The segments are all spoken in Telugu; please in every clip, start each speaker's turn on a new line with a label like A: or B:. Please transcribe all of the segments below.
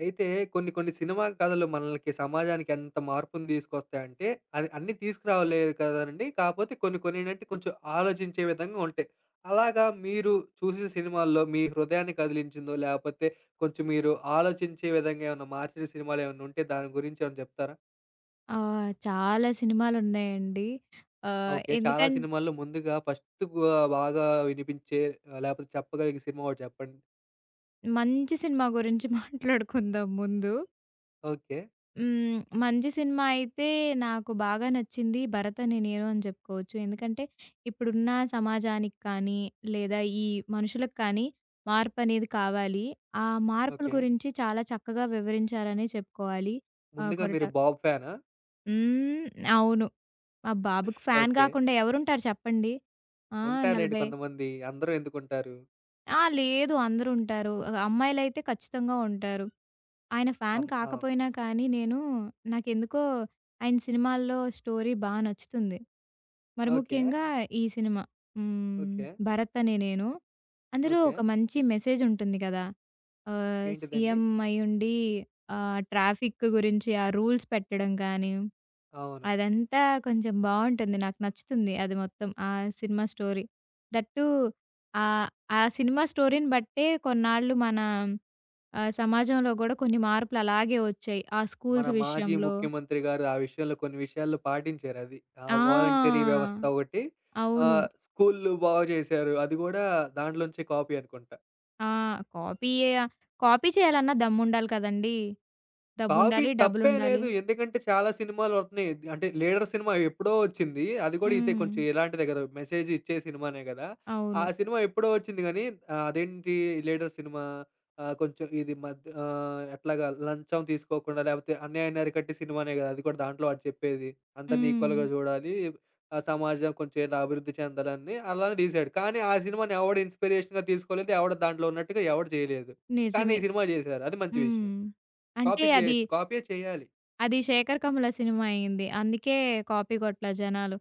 A: అయితే కొన్ని కొన్ని సినిమా కథలు మనలకి సమాజానికి ఎంత మార్పుని తీసుకొస్తాయంటే, అది అన్నీ తీసుకురాలేదు కదండీ. కాపోతే కొన్ని కొన్ని ఏంటంటే కొంచెం ఆలోచించే విధంగా ఉంటాయి. అలాగా మీరు చూసిన సినిమాల్లో మీ హృదయాన్ని కదిలించిందో, లేపోతే కొంచెం మీరు ఆలోచించే విధంగా ఏమన్నా మార్చిన సినిమాలేమన్నా ఉంటే దాని గురించి ఏమన్నా చెప్తారా?
B: ఆ! చాలా సినిమాలున్నాయండి. ఆహ్,
A: ఓకే. చాలా
B: ఎందుకన్
A: సినిమాల్లో ముందుగా ఫస్ట్ గు బాగా వినిపించే లేపోతే చెప్పగలిగే సినిమా ఒకటి చెప్పండి?
B: మంచి సినిమా గురించి మాట్లాడుకుందాం ముందు.
A: ఓకే.
B: హ్మ్. మంచి సినిమా అయితే నాకు బాగా నచ్చింది 'భరత్ అనే నేను' అని చెప్పుకోవచ్చు. ఎందుకంటే ఇప్పుడున్న సమాజానికి కానీ, లేదా ఈ మనుషులకు కానీ మార్పనేది కావాలి. ఆ మార్పుల
A: ఓకే.
B: గురించి చాలా చక్కగా వివరించారనే చెప్పుకోవాలి.
A: ముందుగా
B: 'కొరట'.
A: మీరు బాబు ఫ్యానా?
B: హ్మ్. అవును. మా బాబుకి ఫ్యాన్
A: ఓకే.
B: కాకుండా ఎవరుంటారు చెప్పండి? ఆ!
A: ఉంటారులెండి
B: 40.
A: కొంతమంది. అందరూ ఎందుకుంటారు?
B: ఆ! లేదు, అందరుంటారు. అమ్మాయిలైతే ఖచ్చితంగా ఉంటారు. ఆయన ఫ్యాన్
A: ఆ!
B: కాకపోయినా కానీ నేను, నాకెందుకో ఆయన సినిమాల్లో స్టోరీ బా నచ్చుతుంది. మరి
A: ఓకే.
B: ముఖ్యంగా ఈ సినిమా, హ్మ్,
A: ఓకే.
B: 'భరత్ అనే నేను.' అందులో
A: ఓకే.
B: ఒక మంచి మెసేజ్ ఉంటుంది కదా!
A: ఏంటిదండి?
B: సీఎం అయ్యుండి, ట్రాఫిక్ గురించి ఆ రూల్స్ పెట్టడం కానీ,
A: అవును.
B: అదంతా కొంచెం బావుంటుంది. నాకు నచ్చుతుంది అది మొత్తం ఆ సినిమా స్టోరీ. That two. ఆహ్, ఆ సినిమా స్టోరీని బట్టే కొన్నాళ్ళు మన, సమాజంలో గూడా కొన్ని మార్పులు అలాగే వచ్చాయి, ఆ
A: మన
B: స్కూల్స్
A: మాజీ
B: విషయంలో.
A: ముఖ్యమంత్రి గారు ఆ విషయంలో కొన్ని విషయాల్లో పాటించారది. ఆ
B: ఆ!
A: వాలంటరీ వ్యవస్థ ఒకటి.
B: అవును.
A: స్కూల్లు బాగు చేశారు. అది గూడా దాంట్లోంచే కాపీ అనుకుంట.
B: ఆ! కాపీయే. కాపీ చేయాలన్నా దమ్ముండాలి కదండీ!
A: కాపీ
B: డబ్బుండాలి,
A: తప్పేం
B: డబ్బులుండాలి.
A: లేదు. ఎందుకంటే చాలా సినిమాలొస్తున్నాయి. అంటే 'లీడర్' సినిమా ఎప్పుడో వచ్చింది. అది గూడా ఇదే
B: హ్మ్.
A: కొంచెం ఇలాంటిదే గదా! మెసేజ్ ఇచ్చే సినిమానే గదా! ఆ
B: అవును.
A: సినిమా ఎప్పుడో వచ్చింది గానీ ఆహ్, అదేంటి 'లీడర్' సినిమా కొంచెం ఇది మధ్య ఎట్లాగా లంచం తీసుకోకుండా లేపోతే అన్యాయాన్ని అరికట్టే సినిమానే గదా! అది కూడా దాంట్లో వాడు చెప్పేది. అందరిని
B: హ్మ్.
A: ఈక్వల్‌గా జూడాలి. సమాజం కొంచెం ఇలా అభివృద్ధి చెందాలని అలానే తీశాడు. కానీ ఆ సినిమాని ఎవడు ఇన్‌స్పిరేషన్‌గా తీసుకోలేదు. ఎవడు దాంట్లో ఉన్నట్టుగా ఎవడు చేయలేదు. కానీ
B: నిజమే.
A: ఈ సినిమా జేశారు. అది మంచి విషయం.
B: హ్మ్. అంటే
A: కాపీ
B: అది,
A: చేయొచ్చు. కాపీయే చేయాలి.
B: అది 'శేఖర్ కమల' సినిమా అయింది. అందుకే కాపీ కొట్ల జనాలు.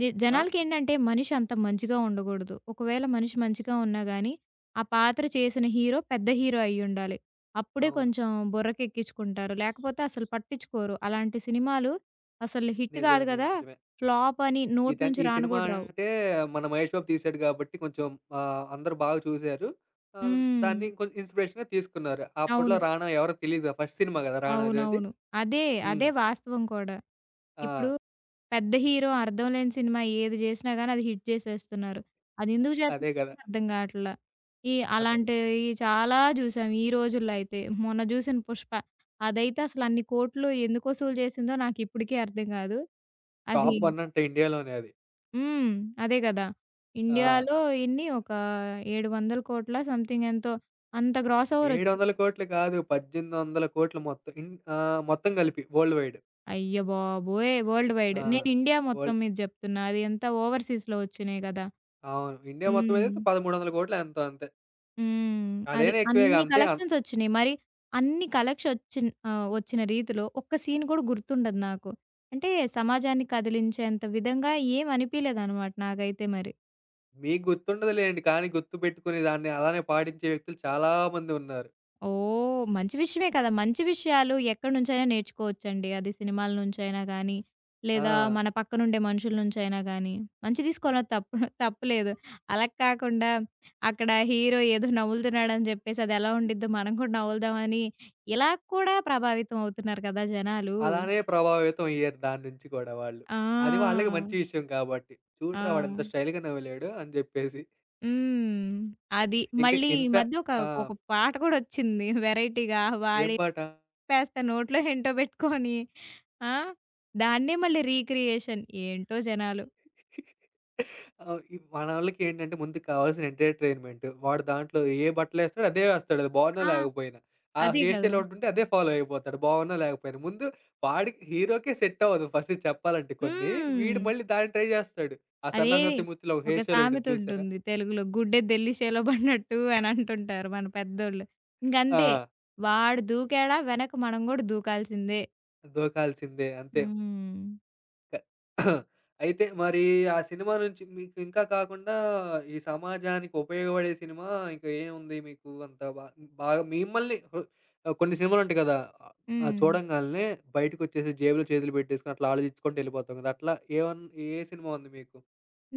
A: ఆ! సి
B: జనాలకేంటంటే మనిషి అంత మంచిగా ఉండకూడదు. ఒకవేళ మనిషి మంచిగా ఉన్నా గానీ, ఆ పాత్ర చేసిన హీరో పెద్ద హీరో అయ్యుండాలి. అప్పుడే
A: అవును.
B: కొంచెం బుర్రకెక్కించుకుంటారు. లేకపోతే అసలు పట్టించుకోరు. అలాంటి సినిమాలు అసలు హిట్ కాదు
A: నిజమే.
B: గదా!
A: నిజమే.
B: ఫ్లాప్ అని నోటి నుంచి
A: ఈ
B: రాను
A: సినిమా
B: గూడా రావు.
A: అంటే మన 'మహేష్ బాబు' తీశాడు గాబట్టి కొంచెం అందరూ బాగా చూసారు. ఆహ్,
B: హ్మ్.
A: దాన్ని కొంచెం ఇన్‌స్పిరేషన్‌గా తీసుకున్నారు.
B: అవును.
A: అప్పట్లో 'రానా' ఎవరో తెలీదు. ఫస్ట్ సినిమా గదా! 'రానాది' అది.
B: అవునవును. అదే.
A: హ్మ్.
B: అదే వాస్తవం కూడా.
A: ఆ!
B: ఇప్పుడు పెద్ద హీరో అర్థం లేని సినిమా ఏది జేసినా గాని అది హిట్ జేసేస్తున్నారు. అదెందుకు
A: అదే
B: జేత్తన్నారో
A: గదా!
B: కూడా అర్థం గాట్ల.
A: అట్ల
B: అలాంటివి చాలా జూసాం ఈ రోజుల్లో అయితే. మొన్న జూసిన 'పుష్ప' అదైతే అసలు అన్ని కోట్లు ఎందుకు వసూలు జేసిందో నాకిప్పటికీ అర్థం గాదు. అది,
A: టాప్ 1 అంట ఇండియాలోనే అది.
B: హ్మ్, అదే గదా!
A: ఆ!
B: ఇండియాలో ఎన్ని, ఒక 700,00,00,00,000 సంథింగ్ ఎంతో అంత గ్రాస్ ఓవర్ ఒచ్చింది.
A: 700,00,00,000 కాదు. 18,000,00,00,000 మొత్తం మొత్తం కలిపి వరల్డ్ వైడ్.
B: అయ్య బాబోయ్! World wide.
A: ఆ!
B: నేను ఇండియా మొత్తం
A: వరల్డ్
B: మీద జెప్తున్నా. అది ఎంత ఓవర్‌సీస్‌లో ఒచ్చినియి గదా!
A: అవును. ఇండియా మొత్తం అయితే
B: హ్మ్.
A: 13,000,00,00,000 ఎంతో అంతే.
B: హ్మ్. అది.
A: అదైనా ఎక్కువేగా
B: అన్ని
A: అంతే అన్
B: కలెక్షన్స్ ఒచ్చినియి. మరి ఒచ్చిన రీతిలో ఒక్క సీన్ గూడా గుర్తుండదు నాకు. అంటే సమాజాన్ని కదిలించేంత విధంగా ఏం అనిపియలేదనమాట నాకైతే మరి.
A: మీకు గుర్తుండదులేండి. కానీ గుర్తుపెట్టుకుని దాన్ని అలానే పాటించే వ్యక్తులు చాలా మంది ఉన్నారు.
B: ఓహ్! మంచి విషయమే కదా! మంచి విషయాలు ఎక్కడి నుంచైనా నేర్చుకోవచ్చండి. అది సినిమాల నుంచైనా గానీ,
A: ఆ!
B: లేదా మన పక్కనుండే మనుషుల నుంచైనా గానీ. మంచి తీసుకోవడంలో తప్పులేదు. అలా కాకుండా అక్కడ హీరో ఏదో నవ్వులుతున్నాడని చెప్పేసి అది ఎలా ఉండిద్దో మనం కూడా నవ్వులుదామని ఇలా కూడా ప్రభావితం అవుతున్నారు కదా జనాలు.
A: అలానే ప్రభావితం అయ్యారు దాని నుంచి కూడా వాళ్ళు. అది
B: ఆ!
A: వాళ్ళకి మంచి విషయం కాబట్టి.
B: ఆ!
A: చూడరా వాడెంత స్టైల్‌గా నవ్వాలేడు అని జెప్పేసి.
B: హ్మ్. అది.
A: ఇంక
B: మళ్ళీ ఈ
A: ఇన్‌ఫా
B: మధ్య ఒక
A: ఆ!
B: ఒక పాట కూడా వచ్చింది. వెరైటీగా
A: ఏం
B: వాడేంటి
A: పాట?
B: తిప్పేస్తా, నోట్లో ఏంటో పెట్టుకొని. ఆ! దాన్నే మళ్ళీ రీక్రియేషన్. ఏంటో జనాలు.
A: అవును. ఈ మనోళ్ళకేంటంటే ముందు కావాల్సిన ఎంటర్‌టైన్‌మెంట్. వాడు దాంట్లో ఏ బట్టలేస్తాడో అదే వేస్తాడు. అది బాగున్నా
B: ఆ!
A: లేకపోయినా. ఆ
B: అదే
A: హెయిర్ స్టైల్
B: కదా!
A: ఒకటుంటే అదే ఫాలో అయిపోతాడు. బాగున్నా లేకపోయినా. ముందు వాడికి హీరోకే సెట్ అవ్వదు ఫస్ట్ చెప్పాలంటే కొన్ని.
B: హ్మ్.
A: వీడు మళ్ళీ దాన్ని ట్రై చేస్తాడు. ఆ
B: అదే.
A: 'సన్నా సత్యమూర్తిలో' ఒక
B: ఒక
A: హెయిర్ స్టైల్
B: సామెత
A: ఉండిద్ది చూసారా?
B: ఉంటుంది తెలుగులో. గుడ్డెద్దు ఎల్లి చేలో పడినట్టు అని అంటుంటారు మన పెద్దోళ్ళు. ఇంకంతే.
A: ఆ!
B: వాడు దూకాడా వెనక మనం గూడా దూకాల్సిందే.
A: దూకాల్సిందే అంతే.
B: హ్మ్.
A: క అయితే మరి ఆ సినిమా నుంచి మీకు ఇంకా కాకుండా ఈ సమాజానికి ఉపయోగపడే సినిమా ఇంకా ఏముంది మీకు అంత బా బాగా మిమ్మల్ని హు కొన్ని సినిమాలు ఉంటాయి కదా!
B: హ్మ్.
A: చూడంగాల్నే బయటకొచ్చేసి జేబులో చేతులు పెట్టేసుకొని అట్లా ఆలోచించుకుంటూ వెళ్ళిపోతాం కదా! అట్లా ఏవన్ ఏ సినిమా ఉంది మీకు?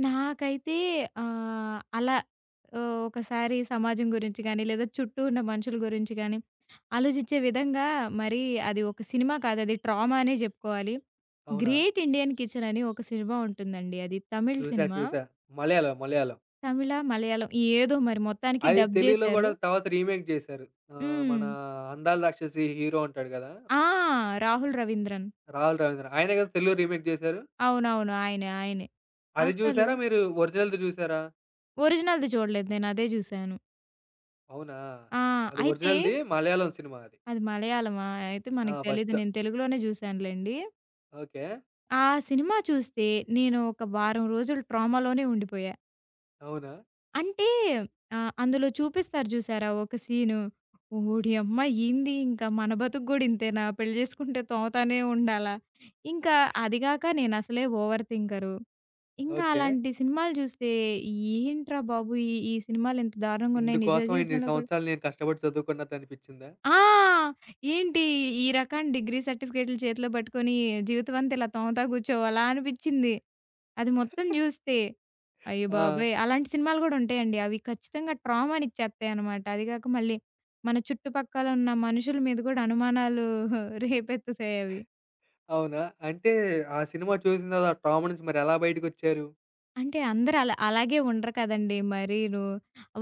B: నాకైతే అలా, ఒకసారి సమాజం గురించి గానీ, లేదా చుట్టూ ఉన్న మనుషుల గురించి గానీ ఆలోచించే విధంగా, మరి అది ఒక సినిమా కాదు, అది ట్రామా అనే జెప్పుకోవాలి.
A: అవునా?
B: 'గ్రేట్ ఇండియన్ కిచెన్' అని ఒక సినిమా ఉంటుందండి. అది తమిళ్
A: చూసా.
B: సినిమా.
A: చూసా. మలయాళం. మలయాళం.
B: తమిళ, మలయాళం, ఏదో మరి మొత్తానికి
A: అది
B: డబ్
A: తెలుగులో
B: జేశారు.
A: గూడా తర్వాత రీమేక్ జేశారు. మన
B: హ్మ్.
A: 'అందాల రాక్షసి' హీరో ఉంటాడు గదా!
B: ఆ! 'రాహుల్ రవీంద్రన్.'
A: 'రాహుల్ రవీంద్ర' ఆయనే గదా తెలుగులో రీమేక్ జేశారు.
B: అవునవును. ఆయనే. ఆయనే.
A: అది
B: అసలు
A: జూసారా మీరు ఒరిజినల్‌ది జూసారా?
B: ఒరిజినల్‌ది చూడలేదు నేను. అదే జూసాను.
A: అవునా?
B: ఆ!
A: అది
B: అయితే
A: ఒరిజినల్‌ది మలయాళం సినిమా అది.
B: అది మలయాళమా? అయితే
A: ఆ!
B: మనకు తెలీదు.
A: ఫస్ట్
B: నేను తెలుగులోనే జూసానులెండి.
A: ఓకే.
B: ఆ సినిమా చూస్తే నేను ఒక వారం రోజులు ట్రామాలోనే ఉండిపోయా.
A: అవునా?
B: అంటే అందులో చూపిస్తారు జూసారా ఒక సీను. ఓడియమ్మ! ఏంది ఇంక మన బతుకు గూడా ఇంతేనా? పెళ్లి జేసుకుంటే తోతానే ఉండాలా? ఇంకా అదిగాక నేనసలే ఓవర్ థింకరు. ఇంకా
A: ఓకే.
B: అలాంటి సినిమాలు జూస్తే ఏంట్రా బాబు! ఈ ఈ సినిమాలు ఇంత దారుణంగున్నాయి నిజ
A: ఇందుకోసం ఇన్ని
B: జీవితంలో కూడా.
A: సంవత్సరాలు నేను కష్టపడి చదువుకున్నదనిపిచ్చిందా?
B: ఆ! ఏంటి ఈ రకం డిగ్రీ సర్టిఫికేట్‌లు చేతిలో పట్టుకొని జీవితమంతా ఇలా తోముతా కూర్చోవాలా అనిపిచ్చింది, అది మొత్తం జూస్తే. అయ్య
A: ఆ!
B: బాబోయ్! అలాంటి సినిమాలు గూడా ఉంటాయండి. అవి ఖచ్చితంగా ట్రామానిచ్చేత్తాయనమాట. అది గాక మళ్ళీ మన చుట్టుపక్కల ఉన్న మనుషుల మీద గూడా అనుమానాలు రేపెత్తుతాయవి.
A: అవునా? అంటే ఆ సినిమా చూసిన తర్వాత ట్రామా నుంచి మరెలా బయటకొచ్చారు?
B: అంటే అందరూ అలా అలాగే ఉండరు కదండీ మరీను!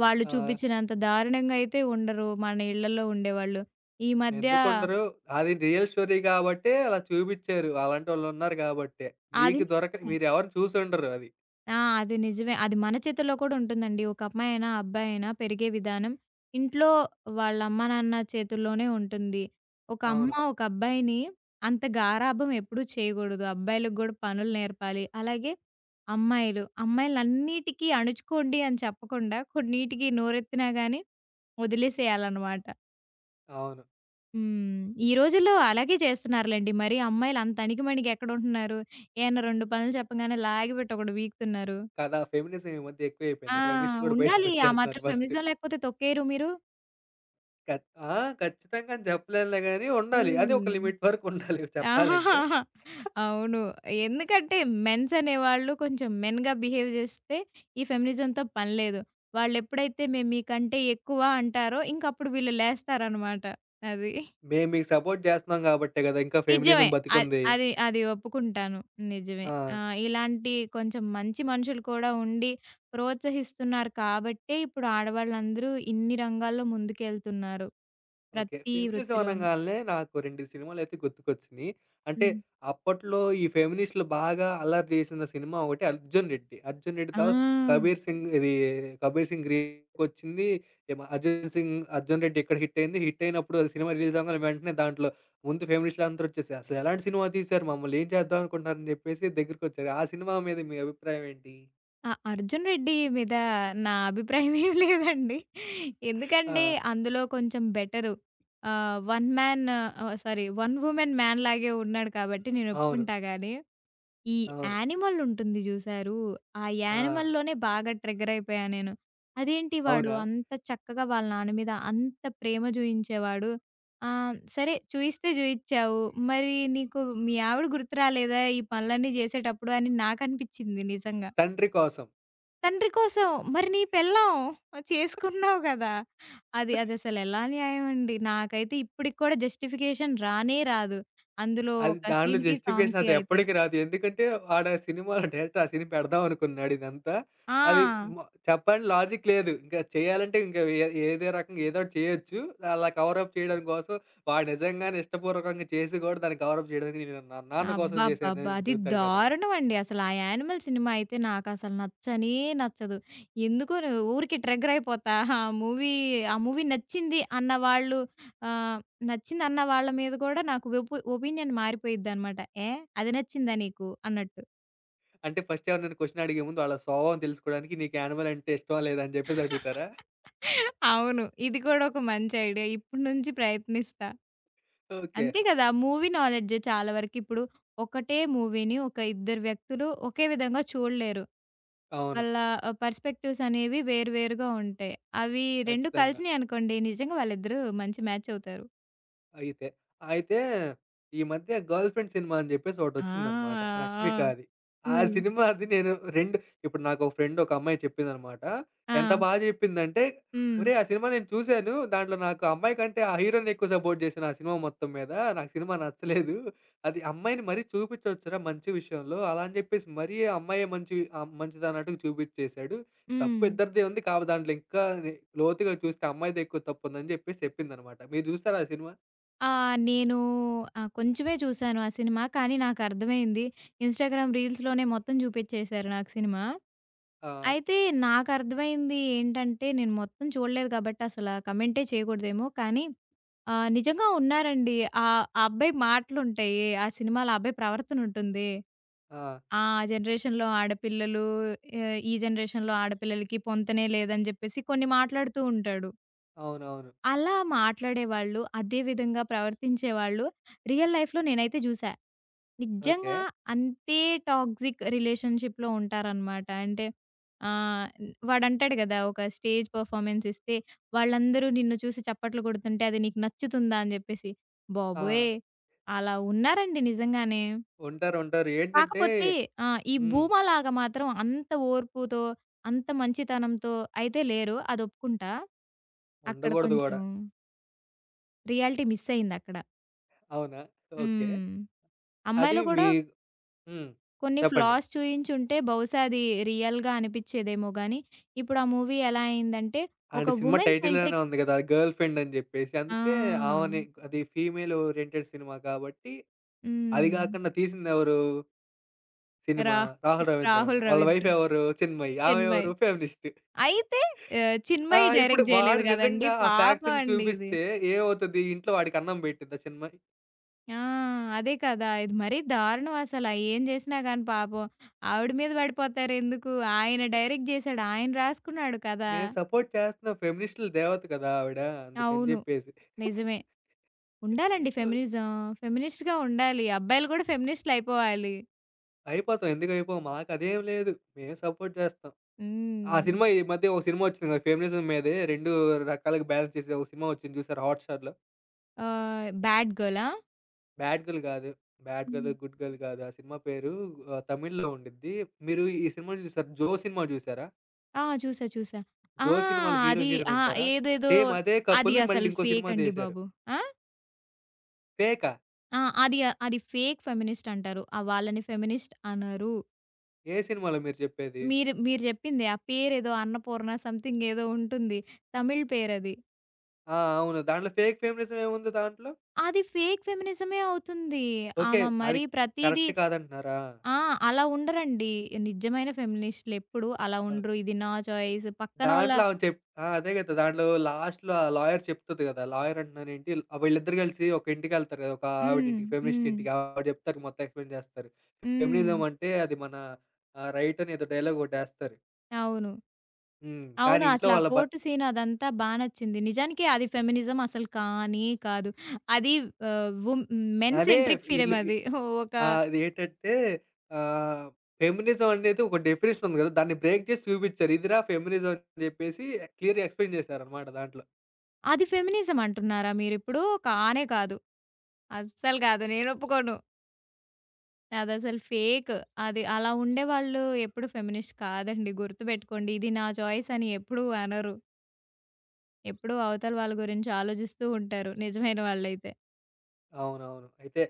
B: వాళ్ళు
A: ఆ!
B: చూపిచ్చినంత దారుణంగా అయితే ఉండరు, మన ఇళ్ళల్లో ఉండేవాళ్ళు. ఈ మధ్య
A: ఎందుకుండరు? అది రియల్ స్టోరీ గాబట్టే అలా చూపిచ్చారు. అలాంటోళ్ళున్నారు గాబట్టే. మీకు దొరక
B: ఆధునికమే.
A: మీరెవరు చూసుండరు అది.
B: ఆ! అది నిజమే. అది మన చేతుల్లో కూడా ఉంటుందండి. ఒక అమ్మాయైనా, అబ్బాయైనా పెరిగే విధానం ఇంట్లో వాళ్ళ అమ్మా, నాన్న చేతుల్లోనే ఉంటుంది. ఒక హ్మ్, అమ్మ
A: అవును.
B: ఒక అబ్బాయిని అంత గారాబం ఎప్పుడూ చేయకూడదు. అబ్బాయిలకు గూడా పనులు నేర్పాలి. అలాగే అమ్మాయిలు, అమ్మాయిలన్నిటికీ అణుచుకోండి అని చెప్పకుండా కొన్నిటికి నోరెత్తినా గానీ వదిలేసేయాలనమాట.
A: అవును.
B: హ్మ్. ఈ రోజుల్లో అలాగే చేస్తున్నారులెండి. మరి అమ్మాయిలు అంత అణిగిమణిగి ఎక్కడుంటున్నారు? ఏమన్నా 2 పనులు చెప్పగానే లాగిపెట్టి ఒకటి పీకుతున్నారు.
A: కదా! ఫెమినిజం ఈ మధ్య
B: ఆ!
A: ఎక్కువైపోయింది. ఫెమినిస్ట్‌లు గూడా
B: ఉండాలి. ఆ మాత్రం
A: బయటకొచ్చేస్తున్నారు ఫస్ట్.
B: ఫెమినిజం లేకపోతే తొక్కేయరు మీరు?
A: ఖచ్ ఆ! ఖచ్చితంగా అని చెప్పలేనులే గానీ ఉండాలి. అది ఒక
B: హ్మ్.
A: లిమిట్ వరకు ఉండాలి చెప్పాలంటే.
B: ఆహాహాహా! అవును. ఎందుకంటే మెన్స్ అనేవాళ్ళు కొంచెం మెన్‌గా బిహేవ్ చేస్తే ఈ ఫెమినిజంతో పని లేదు. వాళ్ళెప్పుడైతే మేము మీకంటే ఎక్కువ అంటారో ఇంకప్పుడు వీళ్ళు లేస్తారనమాట. అది.
A: మేము మీకు సపోర్ట్ చేస్తున్నాం గాబట్టే గదా! ఇంకా
B: నిజమే.
A: ఫెమినిజం
B: అద్
A: బతికుంది.
B: అది అది ఒప్పుకుంటాను. నిజమే.
A: ఆ!
B: ఆ! ఇలాంటి కొంచెం మంచి మనుషులు కూడా ఉండి ప్రోత్సహిస్తున్నారు కాబట్టే ఇప్పుడు ఆడవాళ్ళందరూ ఇన్ని రంగాల్లో ముందుకెళ్తున్నారు,
A: ఓకే.
B: ప్రతి
A: ఫెమినిజం
B: వృత్తిలోనూ.
A: అనంగాల్నే నాకు 2 సినిమాలైతే గుర్తుకొచ్చినియి. అంటే
B: హ్మ్.
A: అప్పట్లో ఈ ఫెమినిస్ట్‌లు బాగా అల్లరి చేసిన సినిమా ఒకటి 'అర్జున్ రెడ్డి'. 'అర్జున్ రెడ్డి' తర్వాత స్
B: ఆ!
A: 'కబీర్ సింగ్' ఇది 'కబీర్ సింగ్' రీమేకొచ్చింది. ఏమో 'అర్జున్ సింగ్' 'అర్జున్ రెడ్డి' ఇక్కడ హిట్ అయింది. హిట్ అయినప్పుడు అది సినిమా రిలీజ్ అవ్వంగానే వెంటనే దాంట్లో ముందు ఫెమినిస్ట్‌లందరూ వచ్చేసి "అసలు ఎలాంటి సినిమా తీశారు? మమ్మల్ని ఏం చేద్దాం అనుకుంటున్నారని" చెప్పేసి దగ్గరికొచ్చారు. ఆ సినిమా మీద మీ అభిప్రాయం ఏంటి?
B: ఆ! 'అర్జున్ రెడ్డి' మీద నా అభిప్రాయం ఏమి లేదండి. ఎందుకంటే
A: ఆ!
B: అందులో కొంచెం better. One man, sorry, one women man లాగే ఉన్నాడు కాబట్టి నేను
A: అవును.
B: ఒప్పుకుంటా గాని ఈ
A: అవును.
B: యానిమల్ ఉంటుంది జూసారు. ఆ
A: ఆ!
B: యానిమల్‌లోనే బాగా ట్రిగ్గర్ అయిపోయా నేను. అదేంటి వాడు
A: అవునా?
B: అంత చక్కగా వాళ్ళ నాన్న మీద అంత ప్రేమ జూయించేవాడు. సరే, చూయిస్తే జూయిచ్చావు. మరి నీకు మీ ఆవిడ గుర్తు రాలేదా ఈ పనులన్నీ జేసేటప్పుడు అని నాకనిపిచ్చింది నిజంగా.
A: 'తండ్రి కోసం.'
B: తండ్రి కోసం, మరి నీ పెళ్ళాం చేసుకున్నావు గదా! అది, అదసలు ఎలా న్యాయం అండి? నాకైతే ఇప్పటికి కూడా జస్టిఫికేషన్ రానే రాదు అందులో
A: అది
B: ఒక
A: దాంట్లో
B: సీన్‌కి,
A: జస్టిఫికేషన్
B: సాంగ్‌కి
A: అది
B: అయితే.
A: ఎప్పటికి రాదు. ఎందుకంటే ఆడ సినిమాలో డైరెక్టర్ ఆ సీన్ పెడదాం అనుకున్నాడు ఇదంతా.
B: ఆ!
A: అది మ చెప్పని లాజిక్ లేదు. ఇంకా చేయాలంటే ఇంకా ఏదో రకంగా ఏదో ఒకటి చేయొచ్చు. అలా కవర్ అప్ చేయడం కోసం వాడు నిజంగానే ఇష్టపూర్వకంగా చేసి కూడా దాన్ని కవర్ అప్ చేయడానికి నేను నా నాన్న కోసం
B: అబ్బబ్బబ్బా!
A: చేశానని
B: అది
A: చెబుతాడు కదా!
B: దారుణమండి. అసలు ఆ యానిమల్ సినిమా అయితే నాకసలు నచ్చదు. ఎందుకో ఊరికే ట్రిగ్గర్ అయిపోతా. ఆ మూవీ నచ్చింది అన్న వాళ్ళు, ఆహ్, నచ్చిందన్న వాళ్ళ మీద కూడా నాకు ఒపీనియన్ మారిపోయిద్దనమాట. ఏ, అది నచ్చిందా నీకు అన్నట్టు.
A: అంటే ఫస్ట్ ఎవరైనా క్వెషన్ అడిగే ముందు వాళ్ళ స్వభావం తెలుసుకోవడానికి నీకు యానిమల్ అంటే ఇష్టమా లేదా అని చెప్పేసి అడుగుతారా?
B: అవును, ఇది కూడా ఒక మంచి ఐడియా. ఇప్పటి నుంచి ప్రయత్నిస్తా.
A: ఓకే.
B: అంతే కదా! మూవీ నాలెడ్జ్ చాలా వరకు ఇప్పుడు ఒకటే మూవీని ఒక ఇద్దరు వ్యక్తులు ఒకే విధంగా చూడలేరు.
A: అవును.
B: వాళ్ళ పర్స్పెక్టివ్స్ అనేవి వేరు వేరుగా ఉంటాయి. అవి 2
A: ఖచ్చితంగా.
B: కలిసినాయనుకోండి నిజంగా వాళ్ళిద్దరూ మంచి మ్యాచ్ అవుతారు.
A: అయితే. అయితే ఈ మధ్య 'గర్ల్ ఫ్రెండ్' సినిమా అని జెప్పేసి
B: ఆ!
A: ఒకటొచ్చిందనమాట
B: ఆ!
A: 'రష్మికది.' ఆ
B: హ్మ్.
A: సినిమాది నేను 2 ఇప్పుడు నాకో ఫ్రెండ్ ఒక అమ్మాయి చెప్పిందనమాట.
B: ఆ!
A: ఎంత బా జెప్పిందంటే,
B: హ్మ్.
A: "ఒరేయ్! ఆ సినిమా నేను చూసాను. దాంట్లో నాకు అమ్మాయి కంటే ఆ హీరో‌నే ఎక్కువ సపోర్ట్ జేశాను ఆ సినిమా మొత్తం మీద. నాకు సినిమా నచ్చలేదు. అది అమ్మాయిని మరీ చూపిచ్చొచ్చురా మంచి విషయంలో. అలా అని జెప్పేసి మరీ అమ్మాయే మంచి మంచిదన్నట్టుగా చూపిచ్చేశాడు.
B: హ్మ్.
A: తప్పు ఇద్దరిదే ఉంది. కాపోతే దాంట్లో ఇంకా ని లోతుగా చూస్తే అమ్మాయిదే ఎక్కువ తప్పుందని" జెప్పేసి చెప్పిందనమాట. మీరు జూసారా ఆ సినిమా?
B: ఆ! నేను కొంచెమే చూసాను ఆ సినిమా. కానీ నాకర్థమైంది. ఇన్‌స్టాగ్రామ్ రీల్స్‌లోనే మొత్తం చూపించేశారు నాకు సినిమా.
A: ఆ!
B: అయితే నాకర్థమైంది ఏంటంటే, నేను మొత్తం చూడలేదు కాబట్టి అసల కమెంటే చేయకూడదేమో కానీ, ఆ! నిజంగా ఉన్నారండి. ఆ అబ్బాయి మాటలుంటాయి, ఆ సినిమాలో ఆ అబ్బాయి ప్రవర్తనుంటుంది.
A: ఆ!
B: ఆ జనరేషన్‌లో ఆడపిల్లలు, ఈ జనరేషన్‌లో ఆడపిల్లలకి పొంతనే లేదని జెప్పేసి కొన్ని మాట్లాడుతూ ఉంటాడు.
A: అవునవును.
B: అలా మాట్లాడేవాళ్ళు, అదే విధంగా ప్రవర్తించేవాళ్ళు రియల్ లైఫ్‌లో నేనైతే జూసా.
A: ఓకే.
B: నిజంగా. అంతే టాక్సిక్ రిలేషన్‌షిప్‌లో ఉంటారనమాట. అంటే, ఆహ్, వాడంటాడు గదా! ఒక స్టేజ్ పెర్ఫార్మన్స్ ఇస్తే వాళ్ళందరూ నిన్ను చూసి చప్పట్లు కొడుతుంటే అది నీకు నచ్చుతుందా అని జెప్పేసి.
A: ఆ!
B: బాబోయ్! అలా ఉన్నారండి నిజంగానే.
A: ఉంటారు. ఉంటారు. ఏంటంటే
B: కాకపోతే ఆ! ఈ
A: హ్మ్.
B: భూమాలాగా మాత్రం అంత ఓర్పుతో, అంత మంచితనంతో అయితే లేరు. అదొప్పుకుంటా. అక్కడ
A: ఉండకూడదు
B: కొంచెం
A: గూడా.
B: రియాలిటీ మిస్సయిందక్కడ.
A: అవునా? ఓకే.
B: హ్మ్.
A: అది
B: అమ్మాయిలో కూడా
A: మీ హ్మ్.
B: కొన్ని
A: చెప్పండి.
B: ఫ్లాస్ చూయించుంటే బహుశా అది రియల్‌గా అనిపిచ్చేదేమో గానీ, ఇప్పుడు ఆ మూవీ ఎలా అయిందంటే ఒక
A: అంటే సినిమా
B: వుమెన్
A: టైటిల్‌లోనే
B: సెంట్రిక్.
A: ఉంది గదా! గర్ల్ ఫ్రెండ్ అని జెప్పేసి. అందుకే
B: ఆ!
A: ఆమెని అది ఫీమేల్ ఓరియెంటెడ్ సినిమా కాబట్టి, అది
B: హ్మ్.
A: గాకుండా తీసిందెవరు
B: రా
A: సినిమా? 'రాహుల్ రవీంద్రన్.'
B: 'రాహుల్
A: వాళ్ళ వైఫ్
B: రవీంద్రన్',
A: ఎవరు? చిన్మయి. ఆమె
B: 'చిన్మయి'.
A: ఎవరు? ఫెమినిస్ట్.
B: అయితే
A: ఆ!
B: 'చిన్మయి'
A: ఇప్పుడు
B: డైరెక్ట్ జేయలేదు
A: వాడు
B: గదండీ!
A: నిజంగా ఆ
B: పాపం
A: ఫ్యాక్ట్‌ని
B: అండి ఇది.
A: చూపిస్తే ఏమవుతది? ఇంట్లో వాడికి అన్నం పెట్టిద్దా చిన్మయి?
B: ఆ! అదే కదా! ఇది మరీ దారుణం అసల. ఏం జేసినా గానీ పాపం ఆవిడ మీద పడిపోతారెందుకు? ఆయన డైరెక్ట్ జేశాడు, ఆయన రాసుకున్నాడు కదా!
A: మేము సపోర్ట్ చేస్తున్నాం. ఫెమినిస్ట్‌ల దేవత కదా ఆవిడ. అందుకని
B: అవును.
A: జెప్పేసి.
B: నిజమే. ఉండాలండి ఫెమినిజం. ఫెమినిస్ట్‌గా ఉండాలి. అబ్బాయిలు గూడా ఫెమినిస్ట్‌లయిపోవాలి.
A: అయిపోతాం. ఎందుకు అయిపోం? మాకదేం లేదు. మేము సపోర్ట్ చేస్తాం. ఆ
B: హ్మ్.
A: సినిమా ఈ మధ్య ఒక సినిమా ఒచ్చింది కదా! ఫెమినిజం మీదే 2 రకాలుగా బ్యాలెన్స్ చేసే ఒక సినిమా ఒచ్చింది చూసారా హాట్‌స్టార్‌లో?
B: 'బ్యాడ్ గర్లా'?
A: 'బ్యాడ్ గర్ల్' కాదు. 'Bad girl,
B: hmm.
A: Good girl' కాదు. ఆ సినిమా పేరు తమిళ్‌లో ఉండిద్ది. మీరు ఈ సినిమా చూసారా? 'జో' సినిమా చూసారా?
B: ఆ! చూసా. చూసా. ఆ!
A: 'జో' సినిమాలో హీరో,
B: అది.
A: హీరోయిన్
B: ఆ!
A: ఉంటారా?
B: ఏదేదో.
A: సేమ్ అదే
B: అది
A: కపుల్ మళ్ళీ
B: అసలు
A: ఇంకో సినిమా
B: ఫేకండి
A: చేశారు.
B: బాబు. ఆ!
A: 'ఫేకా'?
B: ఆ! అది, అది ఫేక్ ఫెమినిస్ట్ అంటారు. ఆ! వాళ్ళని ఫెమినిస్ట్ అనరు.
A: ఏ సినిమాలో మీరు చెప్పేది?
B: మీరు మీరు జెప్పింది ఆ పేరేదో అన్నపూర్ణ సంథింగ్ ఏదో ఉంటుంది, తమిళ్ పేరది.
A: ఆ! అవును. దాంట్లో ఫేక్ ఫెమినిజం ఏముంది దాంట్లో?
B: అది ఫేక్ ఫెమినిజమే అవుతుంది.
A: ఓకే.
B: ఆమె
A: అది
B: మరి ప్రతీదీ,
A: కరెక్ట్ కాదంటున్నారా?
B: ఆ! అలా ఉండరండి. నిజమైన ఫెమినిస్ట్‌లెప్పుడు అలా
A: ఆహ్,
B: ఉండరు. ఇది నా చాయిస్, పక్కనోళ్ళ,
A: దాంట్లో ఆమె చెప్ ఆ! అదే కదా! దాంట్లో లాస్ట్‌లో ఆ లాయర్ చెప్తది కదా! లాయర్ అంటున్నానేంటి వీళ్ళిద్దరూ కలిసి ఒక ఇంటికెళ్తారు కదా! ఒక
B: హ్మ్.
A: ఆవిడింటికి ఫెమినిస్ట్
B: హ్మ్.
A: ఇంటికి. ఆవిడ చెప్తారు మొత్తం ఎక్స్‌ప్లెయిన్ చేస్తారు.
B: హ్మ్.
A: ఫెమినిజం అంటే అది మన రైట్ అని ఏదో డైలాగ్ ఒకటేస్తారు.
B: అవును.
A: హ్మ్. కానీ
B: అవును.
A: ఇంట్లో
B: అసలు ఆ
A: వాళ్ళ భర్
B: కోర్ట్ సీన్ అదంతా బా నచ్చింది. నిజానికి అది ఫెమినిజం అసలు కానే కాదు. అది, ఆహ్, వుమ్ మెన్
A: అదే
B: సెంట్రిక్ ఫిల్మ్
A: ఈళ్ళు ఇ
B: అది. ఒక,
A: ఆ! అదేంటంటే ఆహ్, ఫెమినిజం అనేది ఒక డెఫినిషన్ ఉంది కదా! దాన్ని బ్రేక్ చేసి చూపిచ్చారు. ఇదిరా ఫెమినిజం అని చెప్పేసి క్లియర్‌గా ఎక్స్‌ప్లెయిన్ చేశారనమాట దాంట్లో.
B: అది ఫెమినిజం అంటున్నారా మీరిప్పుడు? కానే కాదు. అస్సలు కాదు. నేను ఒప్పుకోను. అదసలు ఫేక్. అది అలా ఉండేవాళ్ళు ఎప్పుడు ఫెమినిస్ట్ కాదండి. గుర్తుపెట్టుకోండి. ఇది నా చాయిస్ అని ఎప్పుడూ అనరు. ఎప్పుడూ అవతల వాళ్ళ గురించి ఆలోచిస్తూ ఉంటారు నిజమైన వాళ్ళైతే.
A: అవునవును. అయితే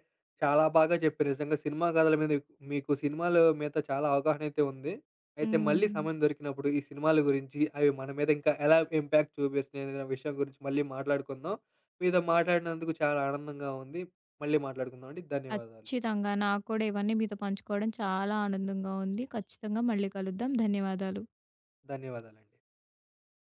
A: చాలా బాగా చెప్పారు. నిజంగా సినిమా కథల మీద మీకు సినిమాలు మీద చాలా అవగాహన అయితే ఉంది. అయితే మళ్ళీ
B: హ్మ్.
A: సమయం దొరికినప్పుడు ఈ సినిమాల గురించి, అవి మన మీద ఇంకా ఎలా ఇంపాక్ట్ చూపిస్తున్నాయనే విషయం గురించి మళ్ళీ మాట్లాడుకుందాం. మీతో మాట్లాడినందుకు చాలా ఆనందంగా ఉంది. మళ్ళీ మాట్లాడుకుందాం అండి. ధన్యవాదాలు.
B: ఖచ్చితంగా. నాకు కూడా ఇవన్నీ మీతో పంచుకోవడం చాలా ఆనందంగా ఉంది. ఖచ్చితంగా మళ్ళీ కలుద్దాం. ధన్యవాదాలు.
A: ధన్యవాదాలండి.